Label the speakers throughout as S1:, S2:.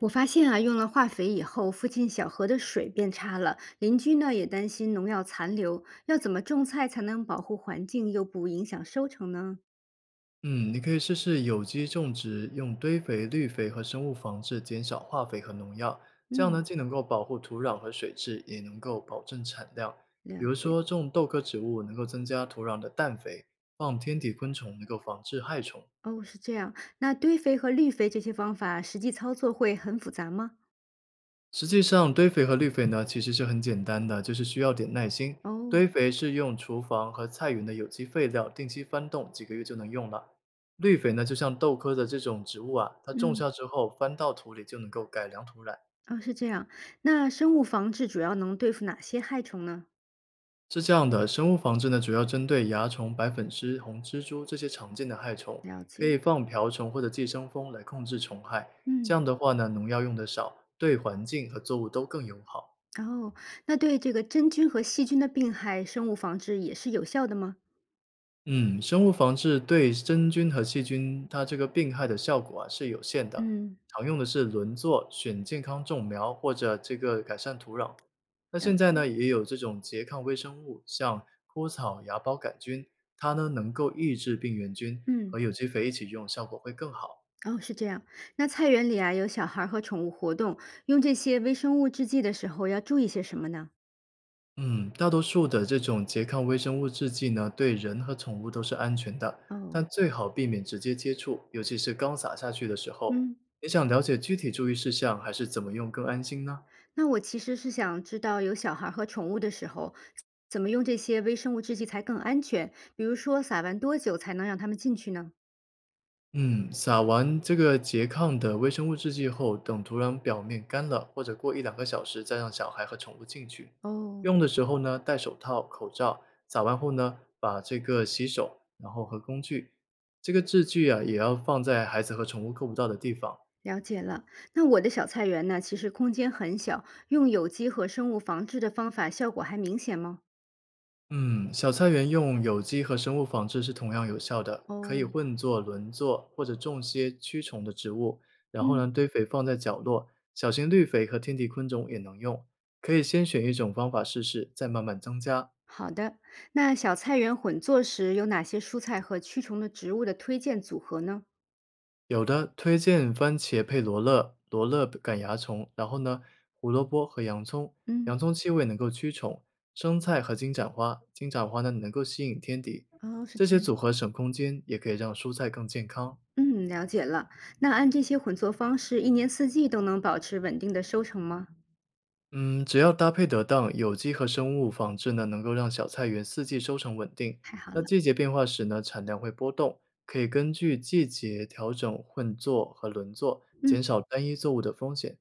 S1: 我发现啊，用了化肥以后，附近小河的水变差了，邻居呢也担心农药残留。要怎么种菜才能保护环境又不影响收成呢？
S2: 嗯，你可以试试有机种植，用堆肥、绿肥和生物防治，减少化肥和农药。这样呢，
S1: 嗯，
S2: 既能够保护土壤和水质，也能够保证产量。比
S1: 了
S2: 如
S1: 解。
S2: 说，种豆科植物能够增加土壤的氮肥，放天敌昆虫能够防治害虫。
S1: 哦，是这样。那堆肥和绿肥这些方法，实际操作会很复杂吗？
S2: 实际上，堆肥和绿肥呢，其实是很简单的，就是需要点耐心。
S1: 哦，
S2: 堆肥是用厨房和菜园的有机废料定期翻动，几个月就能用了。绿肥呢，就像豆科的这种植物啊，它种
S1: 嗯，
S2: 下之后翻到土里就能够改良土壤。
S1: 哦，是这样。那生物防治主要能对付哪些害虫呢？
S2: 是这样的，生物防治呢，主要针对蚜虫、白粉虱、红蜘蛛这些常见的害虫，
S1: 了
S2: 可
S1: 解。
S2: 以放瓢虫或者寄生蜂来控制虫害。这
S1: 嗯，
S2: 样的话呢，农药用的少，对环境和作物都更友好。
S1: 哦，那对这个真菌和细菌的病害，生物防治也是有效的吗？
S2: 嗯，生物防治对真菌和细菌它这个病害的效果啊是有限的，
S1: 嗯，
S2: 常用的是轮作、选健康种苗或者这个改善土壤。那
S1: 了
S2: 现在
S1: 解。
S2: 呢，也有这种拮抗微生物，像枯草芽孢杆菌，它呢能够抑制病原菌，和
S1: 嗯。
S2: 有机肥一起用，效果会更好。
S1: 哦，是这样。那菜园里啊，有小孩儿和宠物活动，用这些微生物制剂的时候要注意些什么呢？
S2: 嗯，大多数的这种拮抗微生物制剂呢，对人和宠物都是安全的，
S1: 哦，
S2: 但最好避免直接接触，尤其是刚撒下去的时候。
S1: 嗯，
S2: 你想了解具体注意事项，还是怎么用更安心呢？
S1: 那我其实是想知道，有小孩儿和宠物的时候，怎么用这些微生物制剂才更安全？比如说，撒完多久才能让他们进去呢？
S2: 嗯，撒完这个拮抗的微生物制剂后，等土壤表面干了，或者过1~2个小时，再让小孩和宠物进去。
S1: 哦，
S2: 用的时候呢，戴手套、口罩。撒完后呢，把这个洗手，然后和工具，这个制具啊，也要放在孩子和宠物够不到的地方。
S1: 了解了。那我的小菜园呢，其实空间很小，用有机和生物防治的方法效果还明显吗？
S2: 嗯，小菜园用有机和生物仿制是同样有效的，可以
S1: 哦，
S2: 混作轮作或者种些驱虫的植物，然后呢
S1: 嗯。
S2: 堆肥放在角落，小型绿肥和天敌昆虫也能用。可以先选一种方法试试，再慢慢增加。
S1: 好的，那小菜园混做时有哪些蔬菜和驱虫的植物的推荐组合呢？
S2: 有的推荐番茄配罗勒，罗勒赶蚜虫，然后呢胡萝卜和洋葱，
S1: 嗯，
S2: 洋葱气味能够驱虫，生菜和金盏花，金盏花呢能够吸引天敌。
S1: 哦，是
S2: 这
S1: 这
S2: 些
S1: 样。
S2: 组合省空间，也可以让蔬菜更健康。
S1: 嗯，了解了。那按这些混作方式，一年四季都能保持稳定的收成吗？
S2: 嗯，只要搭配得当，有机和生物防治呢，能够让小菜园四季收成稳定。
S1: 太好
S2: 那
S1: 了。
S2: 季节变化时呢，产量会波动，可以根据季节调整混作和轮作，
S1: 嗯，
S2: 减少单一作物的风险。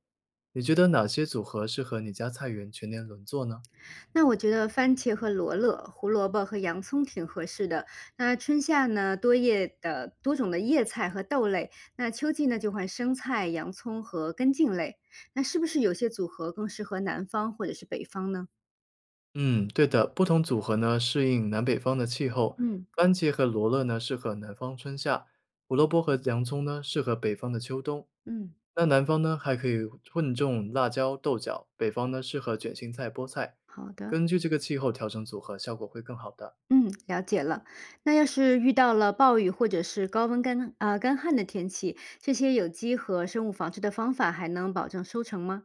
S2: 你觉得哪些组合适合你家菜园全年轮作呢？
S1: 那我觉得番茄和罗勒、胡萝卜和洋葱挺合适的。那春夏呢，多叶的多种的叶菜和豆类；那秋季呢，就换生菜、洋葱和根茎类。那是不是有些组合更适合南方或者是北方呢？
S2: 嗯，对的，不同组合呢适应南北方的气候，
S1: 嗯
S2: 番茄和罗勒呢适合南方春夏，胡萝卜和洋葱呢适合北方的秋冬。
S1: 嗯。
S2: 那南方呢还可以混种辣椒、豆角，北方呢适合卷心菜、菠菜。
S1: 好的，
S2: 根据这个气候调整组合，效果会更好的。
S1: 嗯，了解了。那要是遇到了暴雨或者是高温干啊、干旱的天气，这些有机和生物防治的方法还能保证收成吗？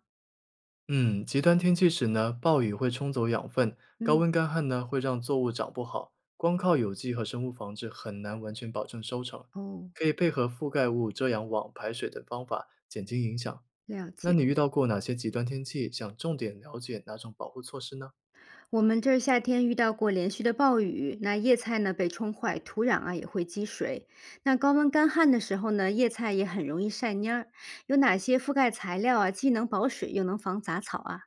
S2: 嗯，极端天气时呢，暴雨会冲走养分，高
S1: 嗯，
S2: 温干旱呢会让作物长不好。光靠有机和生物防治很难完全保证收成，
S1: 哦，
S2: 可以配合覆盖物、遮阳网、排水等方法减轻影响。
S1: 了
S2: 那
S1: 解。
S2: 你遇到过哪些极端天气？想重点了解哪种保护措施呢？
S1: 我们这儿夏天遇到过连续的暴雨，那叶菜呢被冲坏，土壤啊也会积水。那高温干旱的时候呢，叶菜也很容易晒蔫儿。有哪些覆盖材料啊，既能保水又能防杂草啊？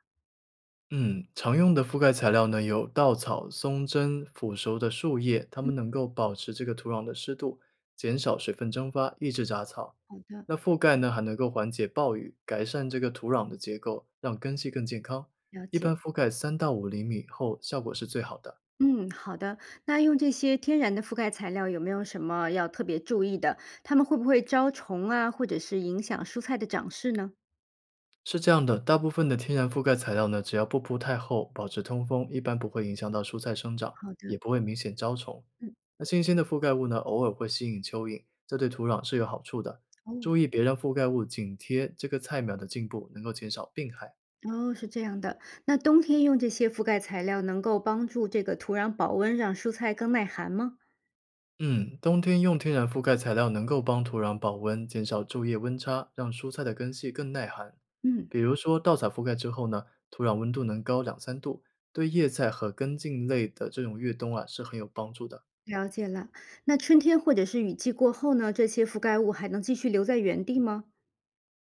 S2: 嗯，常用的覆盖材料呢有稻草、松针、腐熟的树叶，它们能够保持这个土壤的湿度，减少水分蒸发，抑制杂草。
S1: 好的，
S2: 那覆盖呢还能够缓解暴雨，改善这个土壤的结构，让根系更健康。
S1: 了
S2: 一般
S1: 解。
S2: 覆盖3到5厘米后，效果是最好的。
S1: 嗯，好的。那用这些天然的覆盖材料，有没有什么要特别注意的？它们会不会招虫啊，或者是影响蔬菜的长势呢？
S2: 是这样的，大部分的天然覆盖材料呢，只要不铺太厚，保持通风，一般不会影响到蔬菜生长，
S1: 好的，
S2: 也不会明显招虫。
S1: 嗯，
S2: 那新鲜的覆盖物呢，偶尔会吸引蚯蚓，这对土壤是有好处的。
S1: 哦，
S2: 注意别让覆盖物紧贴这个菜苗的茎部，能够减少病害。
S1: 哦，是这样的。那冬天用这些覆盖材料，能够帮助这个土壤保温，让蔬菜更耐寒吗？
S2: 嗯，冬天用天然覆盖材料能够帮土壤保温，减少昼夜温差，让蔬菜的根系更耐寒。
S1: 嗯，
S2: 比如说，稻草覆盖之后呢，土壤温度能高2~3度，对叶菜和根茎类的这种越冬啊是很有帮助的。
S1: 了解了。那春天或者是雨季过后呢，这些覆盖物还能继续留在原地吗？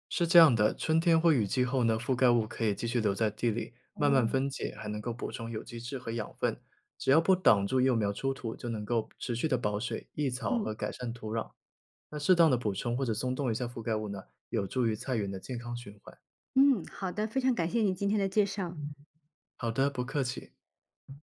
S2: 是这样的，春天或雨季后呢，覆盖物可以继续留在地里，慢慢
S1: 哦，
S2: 分解，还能够补充有机质和养分。只要不挡住幼苗出土，就能够持续的保水、抑草
S1: 嗯
S2: 和改善土壤。那适当的补充或者松动一下覆盖物呢，有助于菜园的健康循环。
S1: 嗯，好的，非常感谢你今天的介绍。
S2: 好的，不客气。